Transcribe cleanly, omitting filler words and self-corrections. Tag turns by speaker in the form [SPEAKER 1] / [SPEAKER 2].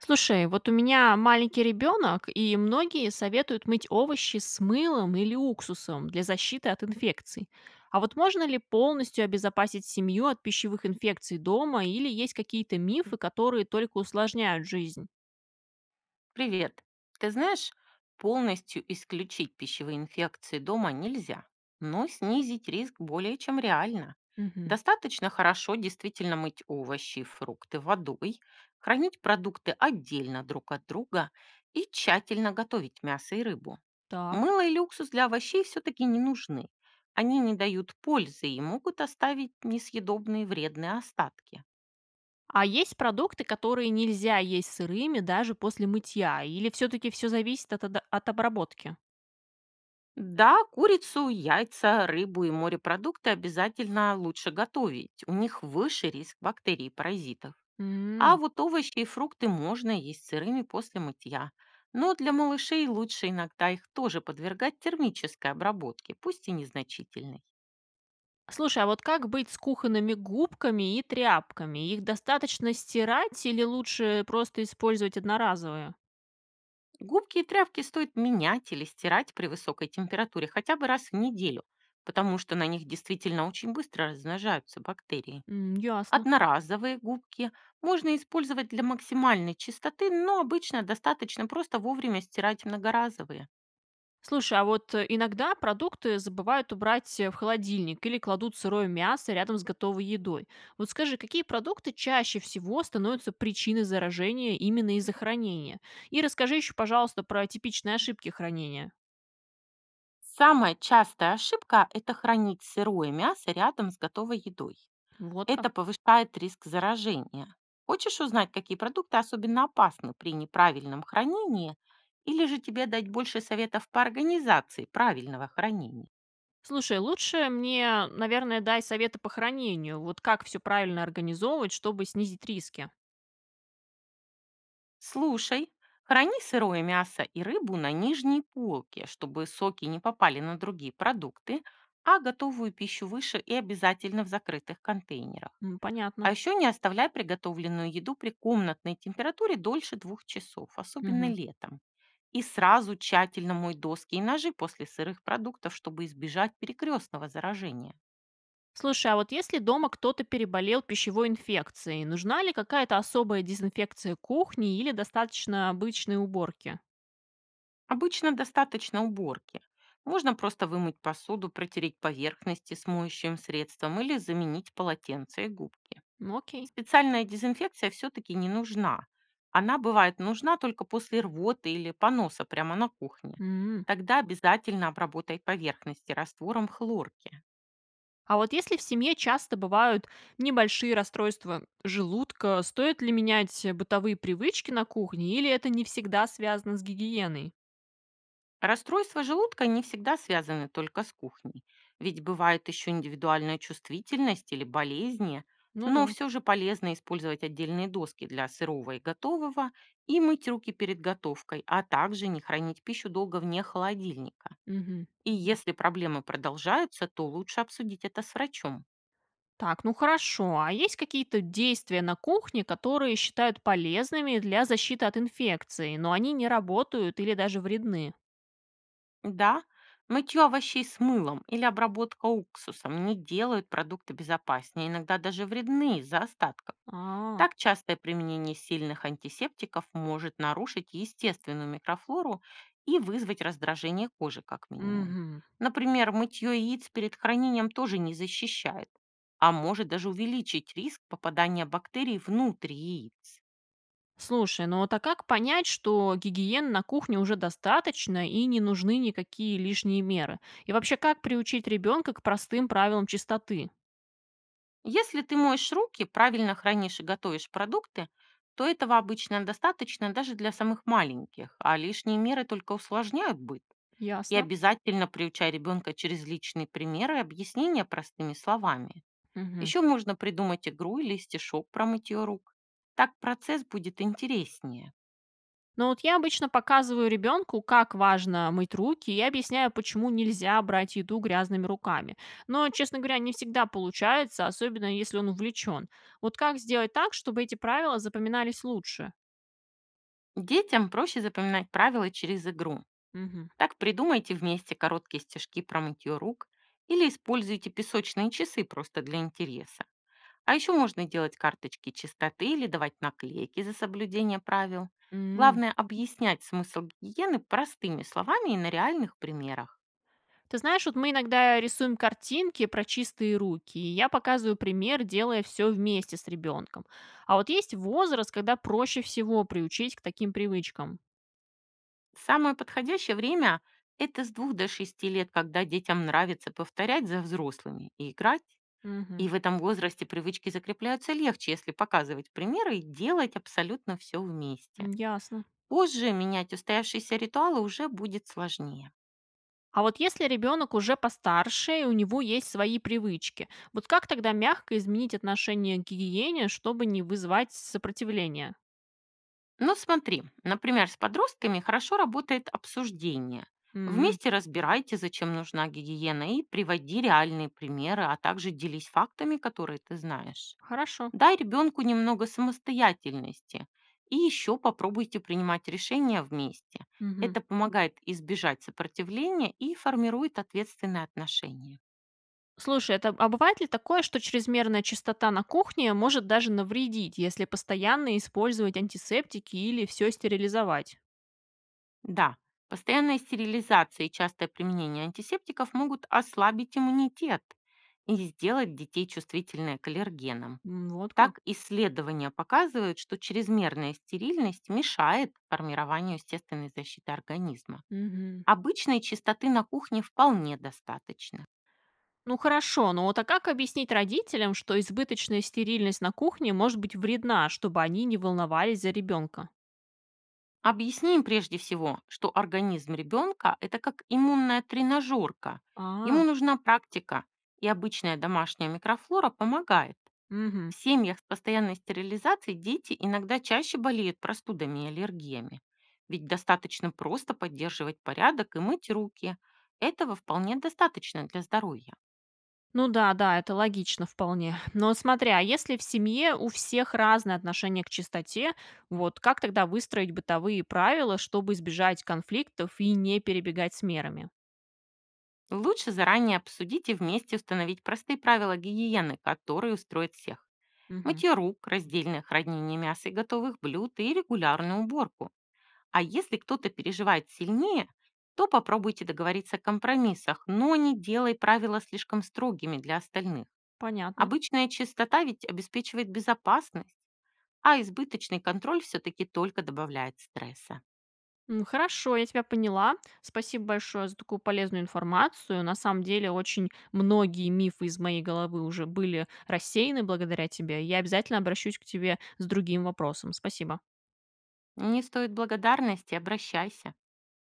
[SPEAKER 1] Слушай, вот у меня маленький ребенок, и многие советуют мыть овощи с мылом или уксусом для защиты от инфекций. А вот можно ли полностью обезопасить семью от пищевых инфекций дома, или есть какие-то мифы, которые только усложняют жизнь?
[SPEAKER 2] Привет. Ты знаешь, полностью исключить пищевые инфекции дома нельзя, но снизить риск более чем реально.
[SPEAKER 1] Мгм.
[SPEAKER 2] Достаточно хорошо действительно мыть овощи и фрукты водой, хранить продукты отдельно друг от друга и тщательно готовить мясо и рыбу.
[SPEAKER 1] Так.
[SPEAKER 2] Мыло или уксус для овощей все-таки не нужны. Они не дают пользы и могут оставить несъедобные вредные остатки.
[SPEAKER 1] А есть продукты, которые нельзя есть сырыми даже после мытья, или все-таки все зависит от обработки?
[SPEAKER 2] Да, курицу, яйца, рыбу и морепродукты обязательно лучше готовить. У них выше риск бактерий и паразитов. А
[SPEAKER 1] М.
[SPEAKER 2] вот овощи и фрукты можно есть сырыми после мытья. Но для малышей лучше иногда их тоже подвергать термической обработке, пусть и незначительной.
[SPEAKER 1] Слушай, а вот как быть с кухонными губками и тряпками? Их достаточно стирать или лучше просто использовать одноразовые?
[SPEAKER 2] Губки и тряпки стоит менять или стирать при высокой температуре хотя бы раз в неделю, потому что на них действительно очень быстро размножаются бактерии.
[SPEAKER 1] М, ясно.
[SPEAKER 2] Одноразовые губки можно использовать для максимальной чистоты, но обычно достаточно просто вовремя стирать многоразовые.
[SPEAKER 1] Слушай, а вот иногда продукты забывают убрать в холодильник или кладут сырое мясо рядом с готовой едой. Вот скажи, какие продукты чаще всего становятся причиной заражения именно из-за хранения? И расскажи еще, пожалуйста, про типичные ошибки хранения.
[SPEAKER 2] Самая частая ошибка – это хранить сырое мясо рядом с готовой едой.
[SPEAKER 1] Вот как.
[SPEAKER 2] Это повышает риск заражения. Хочешь узнать, какие продукты особенно опасны при неправильном хранении, или же тебе дать больше советов по организации правильного хранения?
[SPEAKER 1] Слушай, лучше мне, наверное, дай советы по хранению. Вот как все правильно организовывать, чтобы снизить риски.
[SPEAKER 2] Слушай, храни сырое мясо и рыбу на нижней полке, чтобы соки не попали на другие продукты, а готовую пищу выше и обязательно в закрытых контейнерах.
[SPEAKER 1] М,
[SPEAKER 2] А
[SPEAKER 1] понятно.
[SPEAKER 2] еще не оставляй приготовленную еду при комнатной температуре дольше 2 часов, особенно
[SPEAKER 1] Мгм.
[SPEAKER 2] летом. И сразу тщательно мой доски и ножи после сырых продуктов, чтобы избежать перекрестного заражения.
[SPEAKER 1] Слушай, а вот если дома кто-то переболел пищевой инфекцией, нужна ли какая-то особая дезинфекция кухни или достаточно обычной уборки?
[SPEAKER 2] Обычно достаточно уборки. Можно просто вымыть посуду, протереть поверхности с моющим средством или заменить полотенце и губки.
[SPEAKER 1] М, окей.
[SPEAKER 2] Специальная дезинфекция все-таки не нужна. Она бывает нужна только после рвоты или поноса прямо на кухне.
[SPEAKER 1] М.
[SPEAKER 2] Тогда обязательно обработай поверхности раствором хлорки.
[SPEAKER 1] А вот если в семье часто бывают небольшие расстройства желудка, стоит ли менять бытовые привычки на кухне или это не всегда связано с гигиеной?
[SPEAKER 2] Расстройства желудка не всегда связаны только с кухней, ведь бывает еще индивидуальная чувствительность или болезни,
[SPEAKER 1] Ну
[SPEAKER 2] но
[SPEAKER 1] да.
[SPEAKER 2] все же полезно использовать отдельные доски для сырого и готового и мыть руки перед готовкой, а также не хранить пищу долго вне холодильника.
[SPEAKER 1] Мгм.
[SPEAKER 2] И если проблемы продолжаются, то лучше обсудить это с врачом.
[SPEAKER 1] Так, ну хорошо. А есть какие-то действия на кухне, которые считают полезными для защиты от инфекции, но они не работают или даже вредны?
[SPEAKER 2] Да, мытье овощей с мылом или обработка уксусом не делают продукты безопаснее, иногда даже вредны из-за остатков.
[SPEAKER 1] А,
[SPEAKER 2] Так частое применение сильных антисептиков может нарушить естественную микрофлору и вызвать раздражение кожи как минимум.
[SPEAKER 1] мгм.
[SPEAKER 2] Например, мытье яиц перед хранением тоже не защищает, а может даже увеличить риск попадания бактерий внутрь яиц.
[SPEAKER 1] Слушай, ну вот а как понять, что гигиены на кухне уже достаточно и не нужны никакие лишние меры? И вообще, как приучить ребенка к простым правилам чистоты?
[SPEAKER 2] Если ты моешь руки, правильно хранишь и готовишь продукты, то этого обычно достаточно даже для самых маленьких, а лишние меры только усложняют быт. И
[SPEAKER 1] Ясно.
[SPEAKER 2] обязательно приучай ребенка через личные примеры и объяснения простыми словами.
[SPEAKER 1] Мгм.
[SPEAKER 2] Еще можно придумать игру или стишок про мытье рук. Так процесс будет интереснее.
[SPEAKER 1] Но вот я обычно показываю ребенку, как важно мыть руки, и объясняю, почему нельзя брать еду грязными руками. Но, честно говоря, не всегда получается, особенно если он увлечен. Вот как сделать так, чтобы эти правила запоминались лучше?
[SPEAKER 2] Детям проще запоминать правила через игру.
[SPEAKER 1] Мгм.
[SPEAKER 2] Так придумайте вместе короткие стишки про мытье рук или используйте песочные часы просто для интереса. А еще можно делать карточки чистоты или давать наклейки за соблюдение правил.
[SPEAKER 1] М.
[SPEAKER 2] Главное объяснять смысл гигиены простыми словами и на реальных примерах.
[SPEAKER 1] Ты знаешь, вот мы иногда рисуем картинки про чистые руки, и я показываю пример, делая все вместе с ребенком. А вот есть возраст, когда проще всего приучить к таким привычкам.
[SPEAKER 2] Самое подходящее время – это с 2 до 6 лет, когда детям нравится повторять за взрослыми и играть.
[SPEAKER 1] Мгм.
[SPEAKER 2] И в этом возрасте привычки закрепляются легче, если показывать примеры и делать абсолютно все вместе.
[SPEAKER 1] М, ясно.
[SPEAKER 2] Позже менять устоявшиеся ритуалы уже будет сложнее.
[SPEAKER 1] А вот если ребенок уже постарше и у него есть свои привычки, вот как тогда мягко изменить отношение к гигиене, чтобы не вызывать сопротивление?
[SPEAKER 2] Но смотри, например, с подростками хорошо работает обсуждение.
[SPEAKER 1] М,
[SPEAKER 2] Вместе разбирайте, зачем нужна гигиена, и приводи реальные примеры, а также делись фактами, которые ты знаешь.
[SPEAKER 1] хорошо.
[SPEAKER 2] Дай ребенку немного самостоятельности и еще попробуйте принимать решения вместе.
[SPEAKER 1] Мгм.
[SPEAKER 2] Это помогает избежать сопротивления и формирует ответственные отношения.
[SPEAKER 1] Слушай, это, а бывает ли такое, что чрезмерная чистота на кухне может даже навредить, если постоянно использовать антисептики или все стерилизовать?
[SPEAKER 2] Да, постоянная стерилизация и частое применение антисептиков могут ослабить иммунитет и сделать детей чувствительными к аллергенам.
[SPEAKER 1] М, вот как.
[SPEAKER 2] Так исследования показывают, что чрезмерная стерильность мешает формированию естественной защиты организма.
[SPEAKER 1] Мгм.
[SPEAKER 2] Обычной чистоты на кухне вполне достаточно.
[SPEAKER 1] Ну хорошо, но вот а как объяснить родителям, что избыточная стерильность на кухне может быть вредна, чтобы они не волновались за ребенка?
[SPEAKER 2] Объясни им прежде всего, что организм ребенка – это как иммунная тренажерка. Ему
[SPEAKER 1] А,
[SPEAKER 2] нужна практика, и обычная домашняя микрофлора помогает.
[SPEAKER 1] мгм.
[SPEAKER 2] В семьях с постоянной стерилизацией дети иногда чаще болеют простудами и аллергиями. Ведь достаточно просто поддерживать порядок и мыть руки. Этого вполне достаточно для здоровья.
[SPEAKER 1] Ну да, да, это логично вполне. Но смотри, а если в семье у всех разное отношение к чистоте, вот как тогда выстроить бытовые правила, чтобы избежать конфликтов и не перебегать с мерами?
[SPEAKER 2] Лучше заранее обсудить и вместе установить простые правила гигиены, которые устроят всех.
[SPEAKER 1] Мгм.
[SPEAKER 2] Мытье рук, раздельное хранение мяса и готовых блюд и регулярную уборку. А если кто-то переживает сильнее, то попробуйте договориться о компромиссах, но не делай правила слишком строгими для остальных.
[SPEAKER 1] Понятно.
[SPEAKER 2] Обычная чистота ведь обеспечивает безопасность, а избыточный контроль все-таки только добавляет стресса.
[SPEAKER 1] М, хорошо, я тебя поняла. Спасибо большое за такую полезную информацию. На самом деле, очень многие мифы из моей головы уже были рассеяны благодаря тебе. Я обязательно обращусь к тебе с другим вопросом. Спасибо.
[SPEAKER 2] Не стоит благодарности, обращайся.